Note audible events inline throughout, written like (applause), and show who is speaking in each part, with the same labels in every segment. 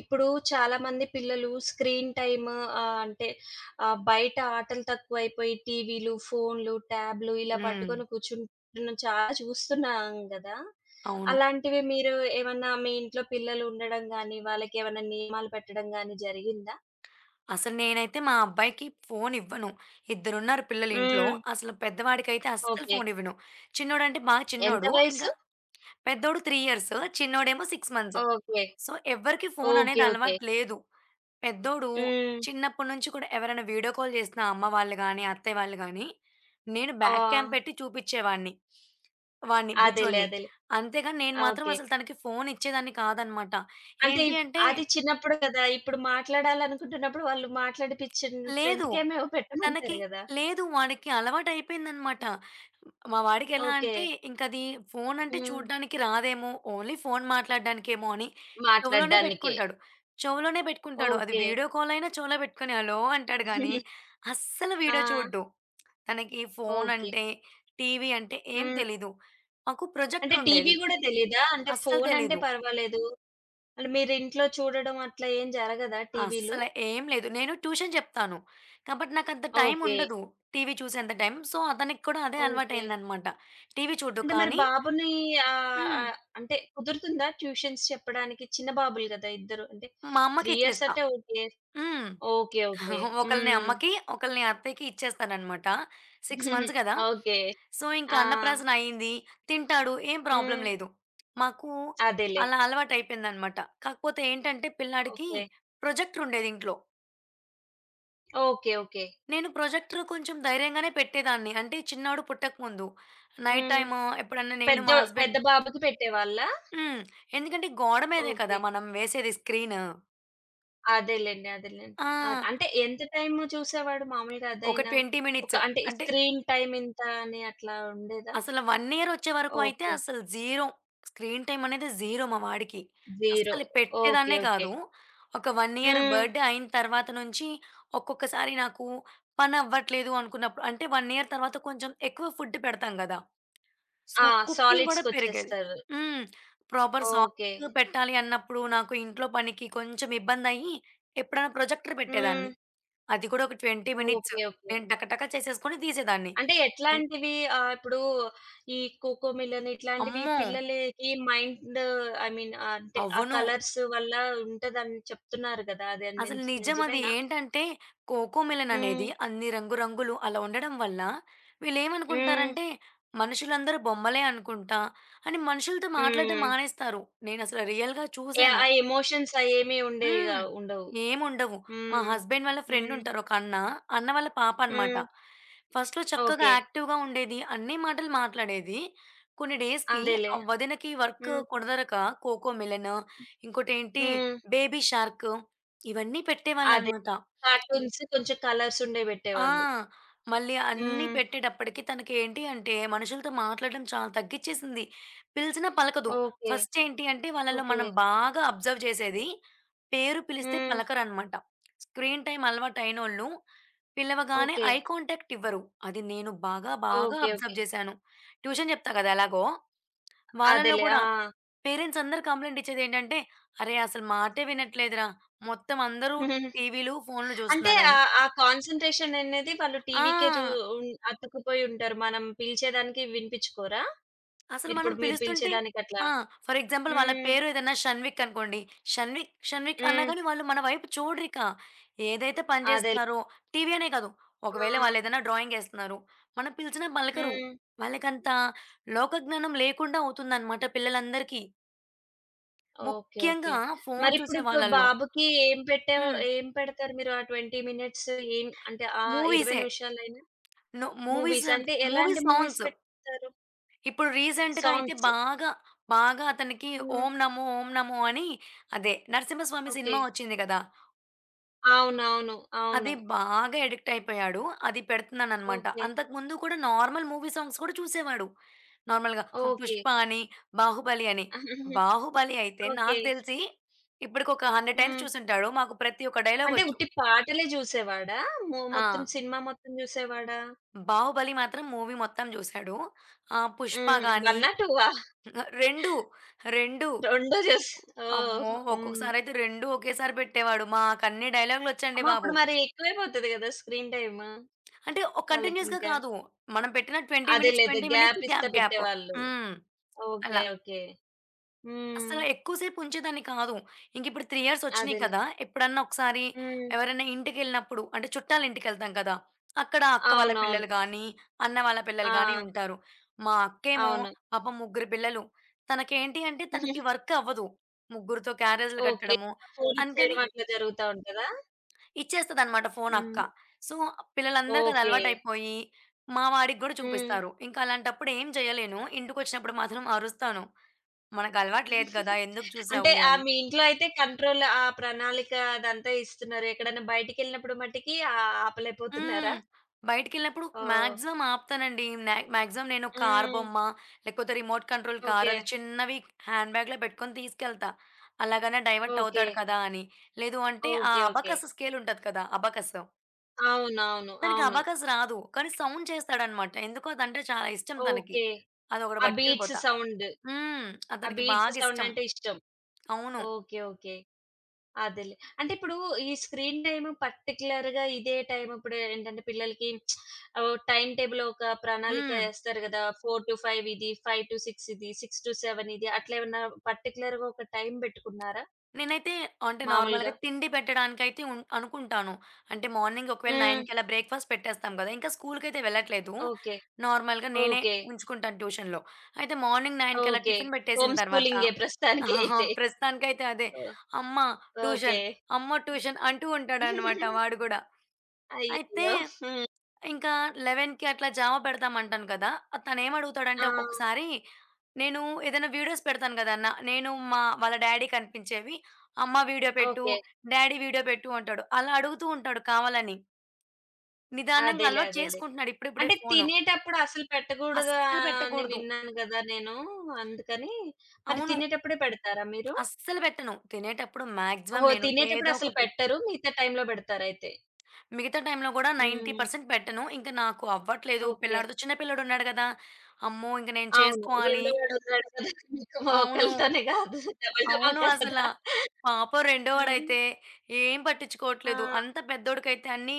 Speaker 1: ఇప్పుడు చాలామంది పిల్లలు స్క్రీన్ టైమ్ అంటే బయట ఆటలు తక్కువైపోయి టీవీలు, ఫోన్లు, ట్యాబ్‌లు ఇలా
Speaker 2: హ్మ్.
Speaker 1: పట్టుకొని కూర్చుంటున్న చాలా చూస్తున్నాం గదా!
Speaker 2: అవును.
Speaker 1: అలాంటివి మీరు ఏమన్నా మీ ఇంట్లో పిల్లలు ఉండడం గాని, వాళ్ళకేమన్నా నియమాలు పెట్టడం గాని జరిగిందా?
Speaker 2: అసలు నేనైతే మా అబ్బాయికి ఫోనివ్వను. ఇద్దరున్నారు పిల్లలు ఇంట్లో.
Speaker 1: హ్మ్.
Speaker 2: అసలు పెద్దవాడికైతే అస్సలు
Speaker 1: ఓకే.
Speaker 2: ఫోనివ్వను. చిన్నోడంటే బాగా
Speaker 1: ఎంత
Speaker 2: చిన్నోడు.
Speaker 1: వయసు?
Speaker 2: ఇంకా పెద్దోడు 3 ఇయర్స్, చిన్నోడేమో 6 మంత్స్.
Speaker 1: ఓకే.
Speaker 2: సో, ఎవ్వరికీ
Speaker 1: ఓకే.
Speaker 2: ఫోననేది
Speaker 1: ఓకే.
Speaker 2: అలవాటు లేదు. పెద్దోడు
Speaker 1: హ్మ్.
Speaker 2: చిన్నప్పటి నుంచి కూడా ఎవరైనా వీడియో కాల్ చేసినా అమ్మ వాళ్ళు గానీ, అత్తయ్య వాళ్ళు గానీ, నేను
Speaker 1: ఆ!
Speaker 2: బ్యాక్ క్యామ్ పెట్టి చూపిచ్చేవాడిని. వాడిని
Speaker 1: అదేలే.
Speaker 2: బుజ్జోడిని.
Speaker 1: అదేలే.
Speaker 2: అంతేగాని నేను మాత్రం
Speaker 1: ఓకే.
Speaker 2: అసలు తనకి ఫోనిచ్చేదాన్ని కాదనమాట.
Speaker 1: అంటే
Speaker 2: ఏంటి అంటే
Speaker 1: అది చిన్నప్పుడు కదా! ఇప్పుడు మాట్లాడాలనుకుంటున్నప్పుడు వాళ్ళు మాట్లాడిపిచ్చిన ఫ్రంట్
Speaker 2: లేదు.
Speaker 1: క్యామ్ ఏవో
Speaker 2: తనకి
Speaker 1: పెట్టమంటారు గదా!
Speaker 2: లేదు. వాడికి అలవాటయిపోయిందనమాట. మా వాడికెలా
Speaker 1: ఓకే.
Speaker 2: అంటే ఇంకది ఫోనంటే
Speaker 1: హ్మ్.
Speaker 2: చూడ్డానికి రాదేమో, ఓన్లీ ఫోను మాట్లాడడానికేమో అని చెవులోనే
Speaker 1: మాట్లాడడానికే.
Speaker 2: పెట్టుకుంటాడు. అది
Speaker 1: ఓకే.
Speaker 2: వీడియో కాల్ అయినా చెవులో పెట్టుకొని హలో అంటాడు గానీ,
Speaker 1: (laughs)
Speaker 2: అస్సలు
Speaker 1: ఆ!
Speaker 2: వీడియో చూడ్డు. తనకి
Speaker 1: ఓకే.
Speaker 2: ఫోనంటే, టీవీ అంటే ఏం
Speaker 1: హ్మ్.
Speaker 2: తెలీదు. మాకు
Speaker 1: అంటే టీవీ
Speaker 2: ప్రొజెక్టరుండేది.
Speaker 1: గూడా తెలీదా? అంటే
Speaker 2: అస్సలు
Speaker 1: ఫోన్ అంటే
Speaker 2: తెలీదు.
Speaker 1: పర్వాలేదు. అంటే మీరింట్లో చూడడం అట్లా ఏం జరగదా టీవీలు?
Speaker 2: అస్సల ఏం లేదు. నేను ట్యూషన్ చెప్తాను. కాబట్టి నాకంత టైం
Speaker 1: ఓకే.
Speaker 2: ఉండదు. టీవీ చూసేంత టైం. సో, అతనికి కూడా అదే
Speaker 1: ఓకే.
Speaker 2: అలవాటయిందనమాట. టీవీ చూడ్డు
Speaker 1: అంటే మరి
Speaker 2: కానీ
Speaker 1: బాబుని ఆహ్,
Speaker 2: హ్మ్.
Speaker 1: ఆహ్, అంటే కుదురుతుందా ట్యూషన్స్ చెప్పడానికి? చిన్న బాబులు గదా! ఇద్దరు. అంటే
Speaker 2: మా
Speaker 1: 3 ఇయర్స్
Speaker 2: అమ్మకిచ్చేస్తా.
Speaker 1: అంటే ఓకే.
Speaker 2: హ్మ్.
Speaker 1: ఓకే. ఓకే.
Speaker 2: (laughs) ఒకళ్ళని
Speaker 1: హ్మ్.
Speaker 2: అమ్మకి, ఒకళ్ళని అత్తయ్యకి ఇచ్చేస్తాననమాట. 6
Speaker 1: (laughs)
Speaker 2: మంత్స్ కదా!
Speaker 1: ఓకే.
Speaker 2: సో, ఇంకా
Speaker 1: ఆ!
Speaker 2: అన్నప్రాసన అయింది. తింటాడు. ఏం
Speaker 1: హ్మ్.
Speaker 2: ప్రాబ్లమ్ లేదు. మాకు
Speaker 1: అదేలే.
Speaker 2: అలా అలవాటయిపోయిందనమాట. కాకపోతే ఏంటంటే పిల్లాడికి
Speaker 1: ఓకే.
Speaker 2: ప్రొజెక్టరుండేది ఇంట్లో.
Speaker 1: ఓకే. ఓకే.
Speaker 2: నేను ప్రొజెక్టర్ కొంచెం ధైర్యంగానే పెట్టేదాన్ని. అంటే చిన్నోడు పుట్టకముందు. నైట్
Speaker 1: హ్మ్.
Speaker 2: టైము ఎప్పుడన్నా నేను
Speaker 1: పెద్ద
Speaker 2: మా హస్బెండ్
Speaker 1: పెద్ద బాబుకి పెట్టేవాళ్ళా?
Speaker 2: హ్మ్. ఎందుకంటే గోడ మీదే
Speaker 1: ఓకే.
Speaker 2: కదా మనం వేసేది స్క్రీను.
Speaker 1: అదేలెండి. అదేలెండి.
Speaker 2: ఆ!
Speaker 1: అంటే ఎంత టైమ్ చూసేవాడు మామూలుగా
Speaker 2: ఒక
Speaker 1: అదైనా?
Speaker 2: 20
Speaker 1: ఒక
Speaker 2: మినిట్స్.
Speaker 1: అంటే ఈ
Speaker 2: అంటే
Speaker 1: స్క్రీన్ టైమ్ ఇంత అని అట్లా ఉండేదా?
Speaker 2: అసలు 1 ఇయర్ వచ్చే వరకు అయితే
Speaker 1: ఓకే.
Speaker 2: అసలు జీరో. స్క్రీన్ టైమ్ అనేది జీరో మా వాడికి.
Speaker 1: 0.
Speaker 2: అస్సలు
Speaker 1: ఓకే.
Speaker 2: పెట్టేదాన్నే
Speaker 1: ఓకే.
Speaker 2: కాదు. ఒక 1 ఇయర్
Speaker 1: హ్మ్.
Speaker 2: బర్త్‌డే అయిన తర్వాత నుంచి ఒక్కొక్కసారి నాకు పనవ్వట్లేదు అనుకున్నప్పుడు అంటే 1 ఇయర్ తర్వాత కొంచెం ఎక్కువ ఫుడ్ పెడతాం గదా! సో,
Speaker 1: ఆ!
Speaker 2: కుకింగ్ గూడా పెరిగేది.
Speaker 1: సాలిడ్స్‌కొచ్చేస్తారు.
Speaker 2: హ్మ్. Proper
Speaker 1: okay.
Speaker 2: సాంగ్స్ పెట్టాలి అన్నప్పుడు నాకు ఇంట్లో పనికి కొంచెం ఇబ్బందయ్యి, ఎప్పుడైనా ప్రొజెక్టర్
Speaker 1: హ్మ్.
Speaker 2: పెట్టేదాన్ని. అది కూడా ఒక 20 మినిట్స్.
Speaker 1: ఓకే. ఓకే.
Speaker 2: నేను టక టక చేసేసుకొని తీసేదాన్ని.
Speaker 1: అంటే
Speaker 2: ఎ
Speaker 1: ఎట్లాంటివి ఇప్పుడు ఈ కోకో మిలన్ ఇట్లాంటివి
Speaker 2: అమ్మో!
Speaker 1: పిల్లలకి మైండ్ ఐ మీన్ అంటే ఆ
Speaker 2: అవును.
Speaker 1: కలర్స్ వల్ల ఉంటదని చెప్తున్నారు గదా! అది
Speaker 2: అసలు నిజం అది.
Speaker 1: నిజమేనా?
Speaker 2: ఏంటంటే, కోకో మెలన్
Speaker 1: హ్మ్.
Speaker 2: అనేది అన్ని రంగు రంగులు అలా ఉండడం వల్ల
Speaker 1: హ్మ్.
Speaker 2: వీళ్ళేమనుకుంటారంటే, మనుషులందరూ బొమ్మలే అనుకుంటా అని మనుషులతో మాట్లాడడం
Speaker 1: హ్మ్.
Speaker 2: మానేస్తారు. నేనసలు రియల్‌గా
Speaker 1: యాహ్!
Speaker 2: చూసాను.
Speaker 1: ఆ ఎమోషన్స్ అయేమి ఉండేవి
Speaker 2: హ్మ్.
Speaker 1: గావు ఉండవు.
Speaker 2: ఏముండవు. మా
Speaker 1: హ్మ్.
Speaker 2: హస్బెండ్ వాళ్ళ
Speaker 1: హ్మ్.
Speaker 2: ఫ్రెండుంటారు ఒక అన్న. అన్న వాళ్ళ పాప అనమాట.
Speaker 1: హ్మ్.
Speaker 2: ఫస్ట్‌లో చక్కగా
Speaker 1: ఓకే.
Speaker 2: యాక్టివ్‌గా ఉండేది. అన్ని మాటలు మాట్లాడేది. కొన్ని డేస్‌కి
Speaker 1: అదేలే.
Speaker 2: ఆ వదినకి వర్క్
Speaker 1: హ్మ్.
Speaker 2: కుదరక కోకోమెలన్, ఇంకోటేంటి
Speaker 1: హ్మ్.
Speaker 2: బేబీ షార్క్ ఇవన్నీ
Speaker 1: అదే.
Speaker 2: పెట్టేవాళ్ళనమాట.
Speaker 1: కార్టూన్స్ కొంచెం కలర్స్ ఉండేవి
Speaker 2: ఆ!
Speaker 1: బెట్టేవాళ్ళు.
Speaker 2: మళ్ళీ అన్నీ
Speaker 1: హ్మ్.
Speaker 2: పెట్టేటప్పటికి తనకేంటి అంటే మనుషులతో మాట్లాడడం చాలా తగ్గిచ్చేసింది. పిలిచినా పలకదు.
Speaker 1: ఓకే.
Speaker 2: ఫస్ట్ ఏంటి అంటే వాళ్ళలో
Speaker 1: ఓకే.
Speaker 2: మనం బాగా అబ్జర్వ్ చేసేది పేరు పిలిస్తే
Speaker 1: హ్మ్.
Speaker 2: పలకరనమాట. స్క్రీన్ టైమ్ అలవాటయినోళ్ళు పిలవగానే
Speaker 1: ఓకే.
Speaker 2: ఐ కాంటాక్ట్ ఇవ్వరు. అది నేను బాగా బాగా
Speaker 1: ఓకే. ఓకే.
Speaker 2: అబ్జర్వ్ చేశాను. ట్యూషన్ చెప్తా కదా ఎలాగో. వాళ్ళలో
Speaker 1: అదేలే. ఆ!
Speaker 2: గూడా పేరెంట్స్ అందరూ కంప్లెయింట్ ఇచ్చేదేంటంటే, "అరే! అసలు మాటే వినట్లేదురా. మొత్తం అందరూ
Speaker 1: (laughs) హుహుహు.
Speaker 2: టీవీలు, ఫోన్లు
Speaker 1: అంటే
Speaker 2: చూస్తున్నారని."
Speaker 1: ఆ కాన్సంట్రేషన్ అనేది వాళ్ళు
Speaker 2: ఆ!
Speaker 1: టీవీకే అతుక్కుపోయి ఉంటారు. మనం పిలిచేదానికి వినిపించుకోరా?
Speaker 2: అసలు మనం
Speaker 1: మీరు
Speaker 2: పిలుస్తుంటే
Speaker 1: పిలిచేదానికి అట్లా?
Speaker 2: ఆ! ఫర్ ఎగ్జాంపుల్ వాళ్ళ
Speaker 1: హ్మ్.
Speaker 2: పేరు ఏదన్నా షన్విక్ అనుకోండి. షన్విక్, షన్విక్ అన్నా
Speaker 1: హ్మ్.
Speaker 2: గాని వాళ్ళు మన వైపు చూడరిక. ఏదైతే పని
Speaker 1: అదేలే.
Speaker 2: చేస్తున్నారో టీవీ అనే కాదు.
Speaker 1: ఆ!
Speaker 2: ఒకవేళ వాళ్ళేదైనా డ్రాయింగ్ ఏస్తున్నారు. మనం పిలిచినా పలకరు.
Speaker 1: హ్మ్.
Speaker 2: వాళ్ళకంత లోక జ్ఞానం లేకుండా అవుతుందన్నమాట పిల్లలందరికీ.
Speaker 1: ఓకే. ఓకే.
Speaker 2: ముఖ్యంగా ఫోను
Speaker 1: మరిప్పుడు
Speaker 2: చూసే
Speaker 1: ఇప్పుడు
Speaker 2: వాళ్ళలో.
Speaker 1: బాబుకి ఏం పెట్టావు?
Speaker 2: హ్మ్.
Speaker 1: ఏం పెడతారు మీరు ఆ 20 మినిట్స్ ఏం అంటే ఆ 20
Speaker 2: మూవీసే.
Speaker 1: నిమిషాలైనా?
Speaker 2: మూవీస్,
Speaker 1: మూవీస్ అంటే
Speaker 2: మూవీ
Speaker 1: ఎలాంటి మూవీస్
Speaker 2: సాంగ్స్.
Speaker 1: పెడతారు?
Speaker 2: ఇప్పుడు రీసెంట్‌గా అయితే
Speaker 1: సాంగ్స్.
Speaker 2: బాగా అతనికి
Speaker 1: హ్మ్.
Speaker 2: 'ఓం నమో, ఓం నమో' అని అదే నరసింహస్వామి
Speaker 1: ఓకే.
Speaker 2: సినిమా వచ్చింది కదా!
Speaker 1: అవునవును.
Speaker 2: అది
Speaker 1: అవును.
Speaker 2: బాగా అడిక్ట్ అయిపోయాడు. అది పెడుతున్నాననమాట.
Speaker 1: ఓకే.
Speaker 2: అంతకుముందు కూడా నార్మల్ మూవీ సాంగ్స్ కూడా చూసేవాడు. నార్మల్‌గా
Speaker 1: ఓకే.
Speaker 2: 'పుష్ప' అని, 'బాహుబలి' అని.
Speaker 1: (laughs)
Speaker 2: 'బాహుబలి' అయితే
Speaker 1: ఓకే.
Speaker 2: నాకు తెలిసి ఇప్పటికొక 100 టైమ్స్
Speaker 1: హ్మ్.
Speaker 2: చూసుంటాడు. మాకు ప్రతి ఒక్క డైలాగ్
Speaker 1: అంటే
Speaker 2: వచ్చు.
Speaker 1: ఉట్టి పాటలే జూసేవాడా? మొత్తం
Speaker 2: ఆ!
Speaker 1: సినిమా మొత్తం జూసేవాడా?
Speaker 2: 'బాహుబలి' మాత్రం మూవీ మొత్తం చూసాడు. ఆహ్, 'పుష్ప'
Speaker 1: హ్మ్.
Speaker 2: గాని
Speaker 1: 1ఆ? 2ఆ?
Speaker 2: 2, 2
Speaker 1: 2 ఓహ్!
Speaker 2: అమ్మో!
Speaker 1: హ్మ్.
Speaker 2: ఒక్కొక్కసారయితే 2 ఒకేసారి పెట్టేవాడు. మాకన్ని డైలాగులొచ్చండి
Speaker 1: అమ్మ!
Speaker 2: బాబు.
Speaker 1: అప్పుడు మరి ఎక్కువైపోతది గదా! స్క్రీన్ టైమ్
Speaker 2: అంటే కంటిన్యూయస్‌గా
Speaker 1: వాళ్ళకింకా.
Speaker 2: కాదు. మనం పెట్టిన 20 మినిట్స్,
Speaker 1: అదేలేదే
Speaker 2: 20 మినిట్స్
Speaker 1: గ్యాప్ ఇస్తా
Speaker 2: గ్యాప్.
Speaker 1: పెట్టేవాళ్ళు.
Speaker 2: హ్మ్.
Speaker 1: ఓకే.
Speaker 2: అలా.
Speaker 1: ఓకే. హ్మ్.
Speaker 2: అసల ఎక్కువ సేపుంచేదాన్ని కాదు. ఇంకిప్పుడు 3 ఇయర్సొచ్చినియి
Speaker 1: అదేలే.
Speaker 2: కదా! ఎప్పుడన్నా ఒకసారి
Speaker 1: హ్మ్.
Speaker 2: ఎవరైనా ఇంటికెళ్ళినప్పుడు అంటే చుట్టాలింటికెళ్తాం కదా! అక్కడ అక్క వాళ్ళ
Speaker 1: అవునవును.
Speaker 2: పిల్లలు గానీ, అన్న వాళ్ళ పిల్లలు గానీ
Speaker 1: ఆ!
Speaker 2: ఉంటారు. మా అక్కేమో
Speaker 1: అవును.
Speaker 2: పాపం ముగ్గురు పిల్లలు. తనకేంటి అంటే తనకి
Speaker 1: (laughs)
Speaker 2: వర్క్ అవ్వదు. ముగ్గురితో క్యారేజులు
Speaker 1: ఓకే.
Speaker 2: కట్టడము.
Speaker 1: ఫోనిచ్చేయడం
Speaker 2: అందుకని
Speaker 1: అట్లా జరుగుతా ఉంటదా?
Speaker 2: ఇచ్చేస్తదనమాట ఫోను అక్క.
Speaker 1: హ్మ్.
Speaker 2: సో, పిల్లలందరికి అది
Speaker 1: ఓకే.
Speaker 2: అలవాటయిపోయి, మా వాడికి గూడా
Speaker 1: హ్మ్.
Speaker 2: చూపిస్తారు. ఇంకా అలాంటప్పుడు ఏం చేయలేను. ఇంటికొచ్చినప్పుడు మాత్రం అరుస్తాను. మనకలవాటు లేదు గదా! ఎందుకు
Speaker 1: అంటే
Speaker 2: చూసావు అని.
Speaker 1: మీ ఇంట్లో అయితే కంట్రోల్ ఆ ప్రణాళిక అదంతా ఇస్తున్నారు. ఎక్కడైనా బయటికెళ్ళినప్పుడు మటికి ఆపలేకపోతున్నారా?
Speaker 2: హ్మ్. బయటికెళ్ళినప్పుడు
Speaker 1: ఓహ్!
Speaker 2: మాక్సిమం ఆపుతానండి. మాక్సిమం నేను కార్
Speaker 1: హ్మ్.
Speaker 2: బొమ్మ, లేకపోతే రిమోట్ కంట్రోల్ కార్
Speaker 1: ఓకే.
Speaker 2: అది చిన్నవి హ్యాండ్ బ్యాగ్‌లో పెట్టుకొని తీసుకెళ్తా. అలాగనే డైవర్ట్
Speaker 1: ఓకే.
Speaker 2: అవుతాడు కదా! అని. లేదు అంటే ఆ
Speaker 1: ఓకే. ఓకే.
Speaker 2: అబకస్ స్కేలుంటది కదా! అబకస్.
Speaker 1: అవునవును. అవును.
Speaker 2: తనకి
Speaker 1: అవును
Speaker 2: అబాకస్ రాదు. కానీ సౌండ్ చేస్తాడనమాట. ఎందుకో అదంటే చాలా ఇష్టం తనకి.
Speaker 1: ఓకే.
Speaker 2: అదొకటి
Speaker 1: ఆ బీట్స్
Speaker 2: పట్టుకెళ్ళిపోతా.
Speaker 1: సౌండ్.
Speaker 2: హ్మ్.
Speaker 1: ఆ
Speaker 2: అతనికి
Speaker 1: బీట్స్ సౌండ్
Speaker 2: బాగిష్టం.
Speaker 1: అంటే ఇష్టం.
Speaker 2: అవును.
Speaker 1: ఓకే. ఓకే. అదేలే. అంటే ఇప్పుడు ఈ స్క్రీన్ టైమ్ పర్టిక్యులర్‌గా ఇదే టైమ్ ఇప్పుడు ఏంటంటే పిల్లలకి టైమ్ టేబుల్ ఒక ప్రణాళిక
Speaker 2: హ్మ్.
Speaker 1: ఏస్తారు గదా! 4-5 ఇది, 5-6 ఇది, 6-7 ఇది అట్లా ఏమన్నా పర్టిక్యులర్‌గా ఒక టైమ్ బెట్టుకున్నారా
Speaker 2: నేనైతే అంటే
Speaker 1: మామూలుగా?
Speaker 2: నార్మల్‌గా తిండి పెట్టడానికైతే అనుకుంటాను. అంటే మార్నింగ్ ఒకవేళ
Speaker 1: హ్మ్.
Speaker 2: 9 బ్రేక్‌ఫాస్ట్ పెట్టేస్తాం గదా! ఇంకా స్కూలుకైతే వెళ్ళట్లేదు.
Speaker 1: ఓకే.
Speaker 2: నార్మల్‌గా నేనే
Speaker 1: ఓకే.
Speaker 2: ఉంచుకుంటాను ట్యూషన్‌లో. అయితే మార్నింగ్ 9
Speaker 1: ఓకే.
Speaker 2: టిఫిన్ పెట్టేసిన
Speaker 1: హోమ్
Speaker 2: తర్వాత
Speaker 1: స్కూలింగే ప్రస్తుతానికి అయితే.
Speaker 2: (laughs) ప్రస్తుతానికైతే అదే.
Speaker 1: ఓహ్!
Speaker 2: అమ్మ
Speaker 1: ఓకే.
Speaker 2: ట్యూషన్, అమ్మ ట్యూషన్ అంటూ ఉంటాడనమాట వాడు
Speaker 1: (laughs)
Speaker 2: గూడా. అయితే
Speaker 1: అయ్యయ్యో! హ్మ్.
Speaker 2: ఇంకా 11:00కి అట్లా జావ పెడతామంటాను కదా! తనేమడుగుతాడంటే
Speaker 1: ఆ!
Speaker 2: ఒక్కొక్కసారి నేను ఏదైనా వీడియోస్ పెడతాను గదా! నేను మా వాళ్ళ డ్యాడీ కనిపించేవి. అమ్మ వీడియో పెట్టు,
Speaker 1: ఓకే.
Speaker 2: డ్యాడీ వీడియో పెట్టు అంటాడు. అలా అడుగుతూ ఉంటాడు కావాలని. నిదానంగా
Speaker 1: అదేలే.
Speaker 2: అలవాటు
Speaker 1: అదేలే.
Speaker 2: చేసుకుంటున్నాడు ఇప్పుడిప్పుడే
Speaker 1: అంటే
Speaker 2: ఫోను.
Speaker 1: తినేటప్పుడు అసలు పెట్టకూడదు
Speaker 2: అస్సలు
Speaker 1: అని
Speaker 2: పెట్టకూడదు.
Speaker 1: విన్నాను గదా! నేను. అందుకని మరి
Speaker 2: అవును.
Speaker 1: తినేటప్పుడే పెడతారా మీరు?
Speaker 2: అస్సలు పెట్టను. తినేటప్పుడు మాక్సిమం
Speaker 1: ఓహో!
Speaker 2: నేను
Speaker 1: తినేటప్పుడు
Speaker 2: ఏదో
Speaker 1: అసలు
Speaker 2: ఒకటి
Speaker 1: పెట్టరు. మిగతా టైమ్‌లో పెడతారయితే.
Speaker 2: మిగతా టైంలో గూడా
Speaker 1: హ్మ్.
Speaker 2: 90% పెట్టను. ఇంక నాకు అవ్వట్లేదు.
Speaker 1: ఓకే.
Speaker 2: పిల్లాడితో చిన్న పిల్లోడున్నాడు గదా! అమ్మో! ఇంక నేను
Speaker 1: అవును.
Speaker 2: చేసుకోవాలి.
Speaker 1: రెండోవాడు ఉన్నాడు కదా! మీకు
Speaker 2: అవును.
Speaker 1: ఒకళ్ళతోనే కాదు. డబుల్
Speaker 2: అవును
Speaker 1: ధమాకా
Speaker 2: అసల.
Speaker 1: కదా!
Speaker 2: పాపం
Speaker 1: హ్మ్.
Speaker 2: రెండోవాడైతే ఏం
Speaker 1: ఆ!
Speaker 2: పట్టించుకోవట్లేదు. అంత పెద్దోడికైతే అన్నీ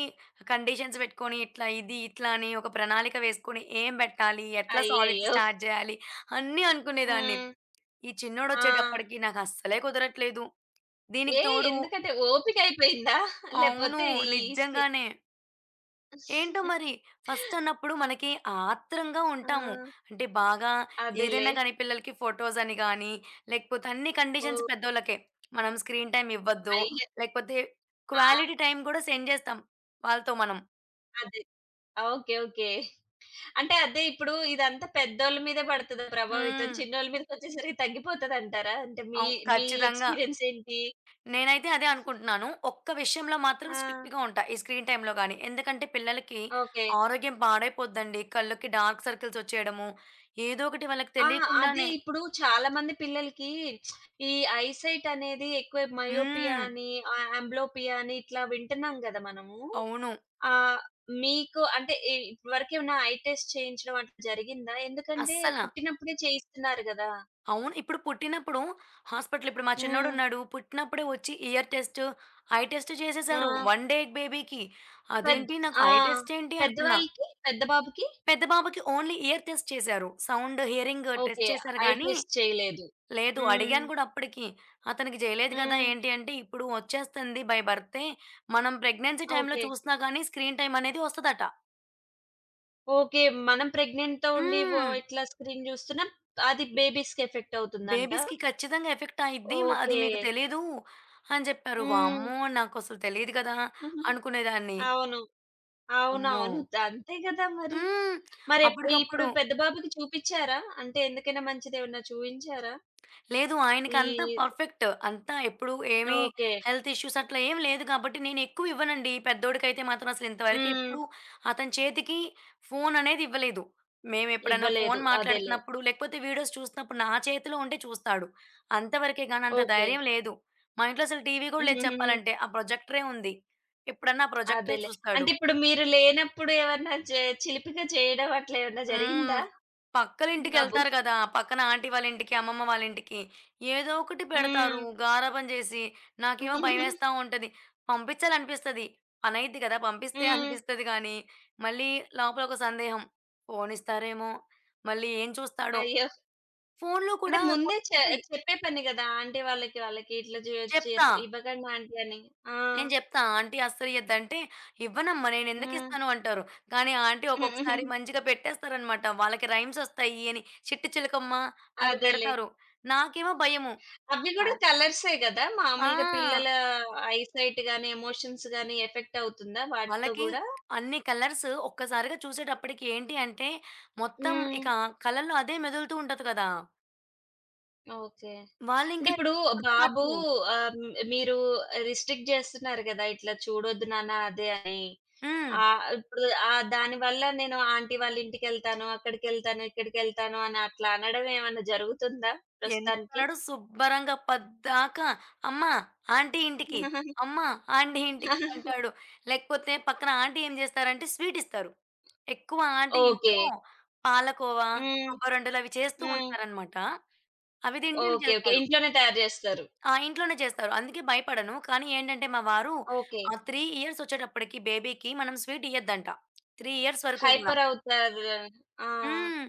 Speaker 2: కండీషన్స్ పెట్టుకొని, ఇట్లా ఇది, ఇట్లా అని ఒక ప్రణాళిక వేసుకొని ఏం పెట్టాలి? ఎట్లా సాలిడ్
Speaker 1: అయ్యయ్యో!
Speaker 2: స్టార్ట్ జేయాలి? అన్నీ అనుకునేదాన్ని.
Speaker 1: హ్మ్.
Speaker 2: ఈ
Speaker 1: ఆ!
Speaker 2: చిన్నోడొచ్చేటప్పటికి నాకస్సలే కుదరట్లేదు. దీనికి
Speaker 1: ఏ
Speaker 2: తోడు
Speaker 1: ఎందుకంటే ఓపిక అయిపోయిందా?
Speaker 2: అవును.
Speaker 1: లేపోతే ఈ స్కె
Speaker 2: నిజంగానే. ఏంటో మరి! ఫస్ట్ అన్నప్పుడు మనకి ఆత్రంగా
Speaker 1: ఆ!
Speaker 2: ఉంటాము. అంటే బాగా
Speaker 1: అదేలే.
Speaker 2: ఏదైనా కానీ పిల్లలకి ఫోటోస్ అని గానీ, లేకపోతే అన్ని కండిషన్స్
Speaker 1: ఓహ్!
Speaker 2: పెద్దోళ్ళకే. మనం స్క్రీన్ టైమ్ ఇవ్వద్దు,
Speaker 1: అయ్య!
Speaker 2: లేకపోతే
Speaker 1: ఆ!
Speaker 2: క్వాలిటీ టైమ్ కూడా సెండ్ చేస్తాం వాళ్ళతో మనం.
Speaker 1: అదే. ఓకే. ఓకే. అంటే అదే ఇప్పుడు ఇదంతా పెద్దోళ్ళ మీదే పడతదా ప్రభావితం?
Speaker 2: హ్మ్.
Speaker 1: చిన్నోళ్ళ మీదకొచ్చేసరికి తగ్గిపోతదంటారా? అంటే మీ
Speaker 2: అవును.
Speaker 1: మీ
Speaker 2: ఖచ్చితంగా.
Speaker 1: ఎక్స్‌పీరియన్స్ ఏంటి?
Speaker 2: నేనైతే అదే అనుకుంటున్నాను. ఒక్క విషయంలో మాత్రం
Speaker 1: ఆ!
Speaker 2: స్ట్రిక్ట్‌గా ఉంటా. ఈ స్క్రీన్ టైమ్‌లో గానీ. ఎందుకంటే పిల్లలకి
Speaker 1: ఓకే.
Speaker 2: ఆరోగ్యం పాడైపోద్దండి. కళ్ళకి డార్క్ సర్కిల్స్ వచ్చేయడము, ఏదో ఒకటి వాళ్ళకి
Speaker 1: ఆ! అదే
Speaker 2: తెలియకుండానే
Speaker 1: ఇప్పుడు చాలా మంది పిల్లలకి ఈ ఐ సైట్ అనేది ఎక్కువ మయోపియా
Speaker 2: హ్మ్.
Speaker 1: అని, అంబ్లోపియా అని ఇట్లా వింటున్నాం గదా! మనము.
Speaker 2: అవును.
Speaker 1: ఆహ్, మీకు అంటే ఇప్పటివరకేమన్నా ఐ టెస్ట్ చేయించడం అట్లా జరిగిందా? ఎందుకంటే
Speaker 2: అస్సల.
Speaker 1: పుట్టినప్పుడే చేయిస్తున్నారు గదా!
Speaker 2: అవును. ఇప్పుడు పుట్టినప్పుడు హాస్పిటల్ ఇప్పుడు మా
Speaker 1: హ్మ్.
Speaker 2: చిన్నోడున్నాడు. పుట్టినప్పుడే వచ్చి ఇయర్ టెస్ట్, ఐ టెస్ట్
Speaker 1: ఆ!
Speaker 2: చేసేసారు. 1 డే బేబీకి.
Speaker 1: పెద్
Speaker 2: అదేంటి నాకు
Speaker 1: ఆ!
Speaker 2: ఐ టెస్ట్ ఏంటి అనుకున్నా.
Speaker 1: పెద్దవాళ్ళకి పెద్ద బాబుకి
Speaker 2: పెద్ద బాబుకి ఓన్లీ ఇయర్ టెస్ట్ చేశారు. Sound, hearing
Speaker 1: okay.
Speaker 2: టెస్ట్ చేశారు
Speaker 1: ఐ
Speaker 2: గానీ,
Speaker 1: టెస్ట్ చేయలేదు.
Speaker 2: లేదు
Speaker 1: హ్మ్.
Speaker 2: అడిగాను గూడా అప్పటికి. అతనికి జేయలేదు గదా!
Speaker 1: హ్మ్.
Speaker 2: ఏంటి అంటే, "ఇప్పుడు వచ్చేస్తుంది బై బర్తే. మనం ప్రెగ్నెన్సీ టైమ్‌లో
Speaker 1: ఓకే.
Speaker 2: చూసినా గానీ స్క్రీన్ టైమ్ అనేది వస్తదట."
Speaker 1: ఓకే. మనం ప్రెగ్నెంట్‌తో ఉండి
Speaker 2: హ్మ్.
Speaker 1: ఇట్లా స్క్రీన్ చూస్తున్నా అది బేబీస్‌కి ఎఫెక్ట్ అవుతుందంట.
Speaker 2: బేబీస్‌కి ఖచ్చితంగా ఎఫెక్ట్ అయిద్ది. అది
Speaker 1: ఓకే.
Speaker 2: మీకు తెలీదు అని జెప్పారు.
Speaker 1: హ్మ్.
Speaker 2: వామ్మో! నాకసలు తెలీదు గదా! అనుకునేదాన్ని.
Speaker 1: అవును.
Speaker 2: అమ్మో!
Speaker 1: అవునవును. అంతే కదా మరి.
Speaker 2: హ్మ్.
Speaker 1: మరి ఇప్పుడు
Speaker 2: అప్పటికప్పుడు
Speaker 1: పెద్ద బాబుకి చూపించారా? అంటే ఎందుకైనా మంచిదేమన్నా చూయించారా?
Speaker 2: లేదు.
Speaker 1: ఈ
Speaker 2: ఆయనకంతా పర్ఫెక్ట్. అంతా ఎప్పుడు ఏమీ
Speaker 1: ఓకే.
Speaker 2: హెల్త్ ఇష్యూస్ అట్లా ఏం లేదు కాబట్టి నేనెక్కువ ఇవ్వనండి. ఈ పెద్దోడికైతే మాత్రం అసలు ఇంతవరకు
Speaker 1: హ్మ్.
Speaker 2: ఎప్పుడు అతని చేతికి ఫోన్ అనేది ఇవ్వలేదు. మేమెప్పుడైనా
Speaker 1: ఇవ్వలేదు.
Speaker 2: ఫోన్
Speaker 1: అదేలే.
Speaker 2: మాట్లాడుతున్నప్పుడు, లేకపోతే వీడియోస్ చూస్తున్నప్పుడు నా చేతిలో ఉంటే చూస్తాడు. అంతవరకే గానీ అంత
Speaker 1: ఓకే.
Speaker 2: ధైర్యం లేదు. మా ఇంట్లో అసలు టీవీ గూడా లేదు చెప్పాలంటే. ఆ ప్రొజెక్టరే ఉంది. ఎప్పుడన్నా ఆ ప్రొజెక్టరే
Speaker 1: అదేలే.
Speaker 2: చూస్తాడు.
Speaker 1: అంటే ఇప్పుడు మీరు లేనప్పుడు ఏమన్నా చిలిపిగా చేయడం అట్లా ఏమన్నా జరిగిందా?
Speaker 2: హ్మ్.
Speaker 1: బాబు.
Speaker 2: పక్కలింటికెళ్తారు గదా! పక్కన ఆంటీ వాళ్ళ ఇంటికి, అమ్మమ్మ వాళ్ళ ఇంటికి ఏదో ఒకటి పెడతారు.
Speaker 1: హ్మ్.
Speaker 2: గారాబం చేసి, నాకేమో భయమేస్తా ఉంటది. పంపించాలనిపిస్తది. పనైద్ది గదా! పంపిస్తే
Speaker 1: హ్మ్.
Speaker 2: (laughs) అనిపిస్తది గానీ, మళ్ళీ లోపల ఒక సందేహం. ఫోనిస్తారేమో! మళ్ళీ ఏం చూస్తాడో!
Speaker 1: అయ్యో!
Speaker 2: ఫోన్‌లో
Speaker 1: అంటే
Speaker 2: కూడా
Speaker 1: ముందే
Speaker 2: కొన్నుంటాయి.
Speaker 1: చెప్పే పని గదా! ఆంటీ వాళ్ళకి, వాళ్ళకి ఇట్లా చేయొచ్చు
Speaker 2: చెప్తా.
Speaker 1: ఇవ్వకండి ఆంటీ అని. ఆ!
Speaker 2: నేను జెప్తా. ఆంటీ అస్సలియ్యద్దంటే, "ఇవ్వనమ్మా
Speaker 1: హ్మ్.
Speaker 2: నేనెందుకిస్తాను" అంటారు. కానీ ఆంటీ ఒక్కొక్కసారి మంచిగా పెట్టేస్తారనమాట. వాళ్ళకి రైమ్సొస్తాయి అని. 'చిట్టి చిలకమ్మ' అవి
Speaker 1: అదేలే.
Speaker 2: పెడతారు. నాకేమో భయము.
Speaker 1: అవి గూడా
Speaker 2: ఆల్
Speaker 1: కలర్సే గదా! మామూలుగా పిల్లల
Speaker 2: ఆ!
Speaker 1: ఐసైట్ గాని, ఎమోషన్స్ గాని ఎఫెక్ట్ అవుతుందా వాటితో
Speaker 2: వాళ్ళకి
Speaker 1: గూడా?
Speaker 2: అన్ని కలర్స్ ఒక్కసారిగా చూసేటప్పటికి ఏంటి అంటే, మొత్తం
Speaker 1: హ్మ్.
Speaker 2: ఇక కళ్ళల్లో అదే మెదులుతూ ఉంటది కదా!
Speaker 1: ఓకే. అంటే
Speaker 2: వాళ్ళింకా
Speaker 1: ఇప్పుడు బాబు
Speaker 2: గుర్తుపట్టరు.
Speaker 1: మీరు రిస్ట్రిక్ట్ చేస్తున్నారు గదా! ఇట్లా చూడొద్దు నాన్న అదే అని.
Speaker 2: హ్మ్.
Speaker 1: దానివల్ల నేను ఆంటీ వాళ్ళ ఇంటికెళ్తాను, అక్కడికెళ్తాను, ఇక్కడికెళ్తాను అని అట్లా అనడం ఏమన్నా జరుగుతుందా ప్రస్తుతానికి?
Speaker 2: ఎంతనడు శుబ్బరంగా పద్దాకా "అమ్మ ఆంటీ ఇంటికి, అమ్మ ఆంటీ ఇంటికి" అంటాడు. లేకపోతే పక్కన ఆంటీ ఏం జేస్తారంటే స్వీట్ ఇస్తారు. ఎక్కువ ఆంటీ
Speaker 1: ఓకే.
Speaker 2: ఇంట్లో పాలకోవ,
Speaker 1: హ్మ్.
Speaker 2: కొబ్బరుండలు అవి చేస్తూ
Speaker 1: హ్మ్.
Speaker 2: ఉంటారనమాట. అవి
Speaker 1: ఓకే. ఓకే.
Speaker 2: తినడానికెళ్తాడు.
Speaker 1: ఇంట్లోనే తయారు జేస్తారు.
Speaker 2: ఆ! ఇంట్లోనే చేస్తారు. అందుకే భయపడను. కానీ ఏంటంటే మా వారు
Speaker 1: ఓకే.
Speaker 2: ఆహ్, 3 ఇయర్స్ ఒచ్చేటప్పటికి బేబీకి మనం స్వీట్ ఇయ్యొద్దంట. 3 ఇయర్స్ వరకు గూడా.
Speaker 1: హైపర్ అవుతారు. ఆ!
Speaker 2: హ్మ్.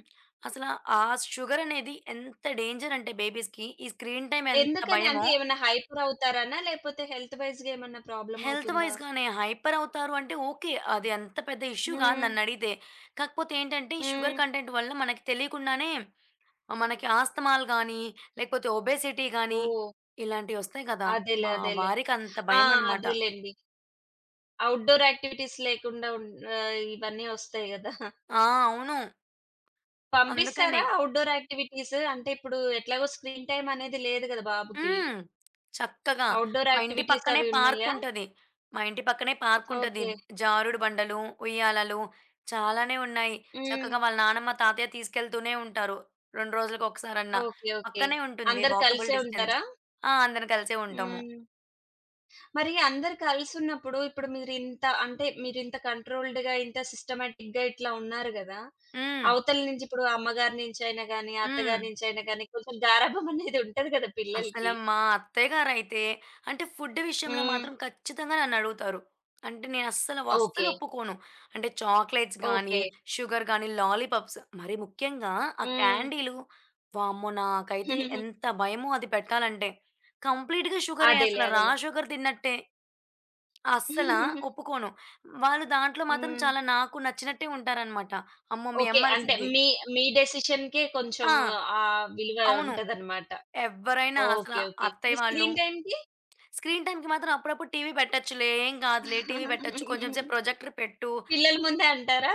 Speaker 2: అసల ఆ షుగర్ అనేది ఎంత డేంజర్ అంటే బేబీస్‌కి, ఈ స్క్రీన్ టైమ్ ఎంత
Speaker 1: ఎందుకని? అంటే
Speaker 2: భయమో,
Speaker 1: ఏమన్నా హైపర్ అవుతారనా? లేపోతే హెల్త్ వైస్‌గా ఏమన్నా ప్రాబ్లమ్
Speaker 2: హెల్త్
Speaker 1: అవుతుందా?
Speaker 2: వైస్‌గానే హైపర్ అవుతారు అంటే ఓకే. అది అంత పెద్ద ఇష్యూ కాదు
Speaker 1: హ్మ్.
Speaker 2: నన్నడిగితే. కాకపోతే ఏంటంటే, ఈ షుగర్
Speaker 1: హ్మ్.
Speaker 2: కంటెంట్ వల్ల మనకి తెలియకుండానే మనకి ఆస్తమాలు గానీ, లేకపోతే ఒబేసిటీ గానీ,
Speaker 1: ఓహ్!
Speaker 2: ఇలాంటివొస్తాయి కదా!
Speaker 1: అదేలే.
Speaker 2: మా
Speaker 1: అదేలే.
Speaker 2: వారికంత
Speaker 1: ఆ!
Speaker 2: భయమనమాట.
Speaker 1: అదేలెండి. ఔట్‌డోర్ యాక్టివిటీస్ లేకుండా ఇవన్నీ ఒస్తాయి గదా!
Speaker 2: ఆ! అవును.
Speaker 1: పంపిస్తారా
Speaker 2: అందుకనే.
Speaker 1: Outdoor activities? అంటే ఇప్పుడు ఎట్లాగో స్క్రీన్ టైమ్ అనేది లేదు గదా బాబుకి.
Speaker 2: హ్మ్. చక్కగా.
Speaker 1: ఔట్‌డోర్
Speaker 2: మా ఇంటి
Speaker 1: యాక్టివిటీస్
Speaker 2: పక్కనే
Speaker 1: అవి ఉన్నాయా?
Speaker 2: పార్కుంటది. మా ఇంటి పక్కనే పార్కుంటది.
Speaker 1: ఓకే.
Speaker 2: జారుడు బండలు, ఉయ్యాలలు చాలానే ఉన్నాయి.
Speaker 1: హ్మ్.
Speaker 2: చక్కగా వాళ్ళ నానమ్మ, తాతయ్య తీసుకెళ్తూనే ఉంటారు. 2 రోజులకొకసారన్నా.
Speaker 1: ఓకే. ఓకే.
Speaker 2: పక్కనే ఉంటుంది
Speaker 1: అందరూ
Speaker 2: వాకబుల్
Speaker 1: కలిసే
Speaker 2: డిస్టెన్స్.
Speaker 1: ఉంటారా?
Speaker 2: ఆ! అందరం కలిసే ఉంటాము.
Speaker 1: హ్మ్. మరి అందరు కలిసున్నప్పుడు ఇప్పుడు మీరింత అంటే, మీరింత కంట్రోల్డ్‌గా, ఇంత సిస్టమాటిక్‌గా ఇట్లా ఉన్నారు గదా!
Speaker 2: హ్మ్.
Speaker 1: అవతల నుంచి ఇప్పుడు అమ్మగారి నుంచైనా గానీ,
Speaker 2: హ్మ్.
Speaker 1: అత్తగారి నుంచైనా గానీ, కొంచెం గారాబం అనేది ఉంటది గదా
Speaker 2: అసల
Speaker 1: పిల్లలకి.
Speaker 2: మా అత్తయ్యగారైతే అంటే ఫుడ్ విషయంలో
Speaker 1: హ్మ్.
Speaker 2: మాత్రం ఖచ్చితంగా నన్నడుగుతారు. అంటే నేనస్సలు వ
Speaker 1: ఓకే.
Speaker 2: అస్సలు ఒప్పుకోను. అంటే చాక్లెట్స్ గానీ,
Speaker 1: ఓకే.
Speaker 2: షుగర్ గానీ, లాలీపాప్స్ మరీ ముఖ్యంగా ఆ
Speaker 1: హ్మ్.
Speaker 2: క్యాండీలు వామ్మో! నాకైతే ఎంత
Speaker 1: (laughs)
Speaker 2: భయమో అది పెట్టాలంటే. కంప్లీట్‌గా షుగరే
Speaker 1: అదేలే.
Speaker 2: అసల రా
Speaker 1: అదేలే.
Speaker 2: షుగర్ తిన్నట్టే. అస్సల
Speaker 1: (laughs)
Speaker 2: ఒప్పుకోను. వాళ్ళు దాంట్లో మాత్రం
Speaker 1: హ్మ్.
Speaker 2: చాలా నాకు నచ్చినట్టే ఉంటారనమాట. అమ్మో! మీ
Speaker 1: ఓకే.
Speaker 2: అమ్మ
Speaker 1: అంటే
Speaker 2: అరిసిద్ది.
Speaker 1: మీ మీ డెసిషన్‌కే కొంచెం
Speaker 2: ఆ!
Speaker 1: విలువ
Speaker 2: అవును.
Speaker 1: ఉంటదనమాట.
Speaker 2: ఎవ్వరైనా అసల
Speaker 1: ఓకే. ఓకే. ఈ
Speaker 2: అత్తయ్య వాళ్ళు
Speaker 1: స్క్రీన్ టైమ్‌కి?
Speaker 2: స్క్రీన్ టైమ్‌కి మాత్రం అప్పుడప్పుడు టీవీ పెట్టొచ్చులే, ఏం కాదులే టీవీ పెట్టొచ్చు. కొంచెం సేపు
Speaker 1: (laughs)
Speaker 2: ప్రొజెక్టర్ పెట్టు.
Speaker 1: పిల్లల ముందే అంటారా?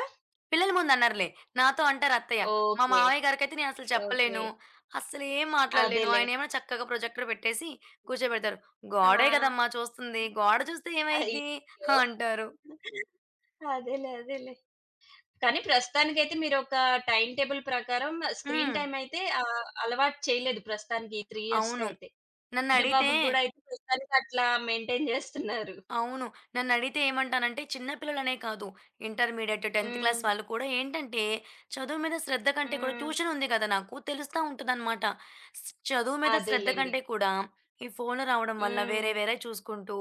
Speaker 2: పిల్లల ముందనరులే. నాతో అంటారు అత్తయ్య. మా
Speaker 1: ఓకే.
Speaker 2: మావయ్య గారికైతే నేనసలు
Speaker 1: ఓకే.
Speaker 2: చెప్పలేను. అస్సలేం మాట్లాడలేను.
Speaker 1: అదేలే.
Speaker 2: ఆయనేమో చక్కగా ప్రొజెక్టర్ పెట్టేసి కూర్చోబెడతారు.
Speaker 1: ఆ!
Speaker 2: గోడే కదమ్మా చూస్తుంది. గోడ చూస్తే ఏమైద్ది
Speaker 1: అయ్యో!
Speaker 2: అంటారు.
Speaker 1: అదేలే. అదేలే. కానీ ప్రస్తుతానికైతే మీరొక టైమ్ టేబుల్ ప్రకారం స్క్రీన్
Speaker 2: హ్మ్.
Speaker 1: టైమ్ అయితే అలవాటు చేయలేదు ప్రస్తుతానికి ఈ 3
Speaker 2: అవును.
Speaker 1: ఇయర్స్‌కైతే. చిన్న
Speaker 2: నన్నడిగితే
Speaker 1: బాబుకి గూడా అయితే ప్రస్తుతానికి అట్లా మెయింటైన్ జేస్తున్నారు.
Speaker 2: అవును. నన్నడిగితే ఏమంటానంటే చిన్న పిల్లలనే కాదు, ఇంటర్మీడియేట్, 10థ్ క్లాస్
Speaker 1: హ్మ్.
Speaker 2: వాళ్ళు కూడా ఏంటంటే, చదువు మీద శ్రద్ధ కంటే కూడా
Speaker 1: హ్మ్.
Speaker 2: ట్యూషన్ ఉంది కదా నాకు, తెలుస్తా ఉంటదనమాట. చదువు మీద శ్రద్ధ
Speaker 1: అదేలెండి.
Speaker 2: కంటే కూడా ఈ ఫోన్లు రావడం వల్ల
Speaker 1: హ్మ్.
Speaker 2: వేరే వేరే చూసుకుంటూ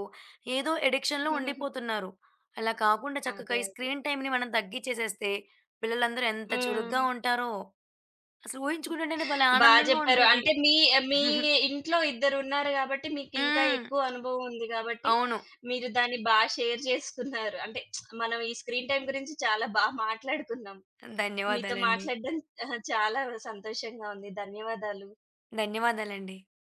Speaker 2: ఏదో ఎడిక్షన్‌లో
Speaker 1: (laughs)
Speaker 2: ఉండిపోతున్నారు. అలా కాకుండా చక్కగా
Speaker 1: అదే.
Speaker 2: ఈ
Speaker 1: అదే.
Speaker 2: స్క్రీన్ టైమ్‌ని మనం తగ్గిచ్చేసేస్తే పిల్లలందరూ ఎంత చురుగ్గా
Speaker 1: హ్మ్.
Speaker 2: ఉంటారో అసలు ఊహించుకుంటుంటేనే భలే
Speaker 1: బా
Speaker 2: ఆనందంగా
Speaker 1: జెప్పారు.
Speaker 2: ఉంటది.
Speaker 1: అంటే మీ మీ
Speaker 2: హ్మ్.
Speaker 1: ఇంట్లో ఇద్దరున్నారు గాబట్టి, మీకింకా ఎక్కువ
Speaker 2: (laughs)
Speaker 1: అనుభవం ఉంది గాబట్టి,
Speaker 2: అవును.
Speaker 1: మీరు దాన్ని బా షేర్ చేసుకున్నారు. అంటే మనం ఈ స్క్రీన్ టైమ్ గురించి చాలా బా మాట్లాడుకున్నాం. మీతో
Speaker 2: ధన్యవాదాలండి.
Speaker 1: మాట్లాడడం చాలా సంతోషంగా ఉంది. ధన్యవాదాలు.
Speaker 2: ధన్యవాదాలండి.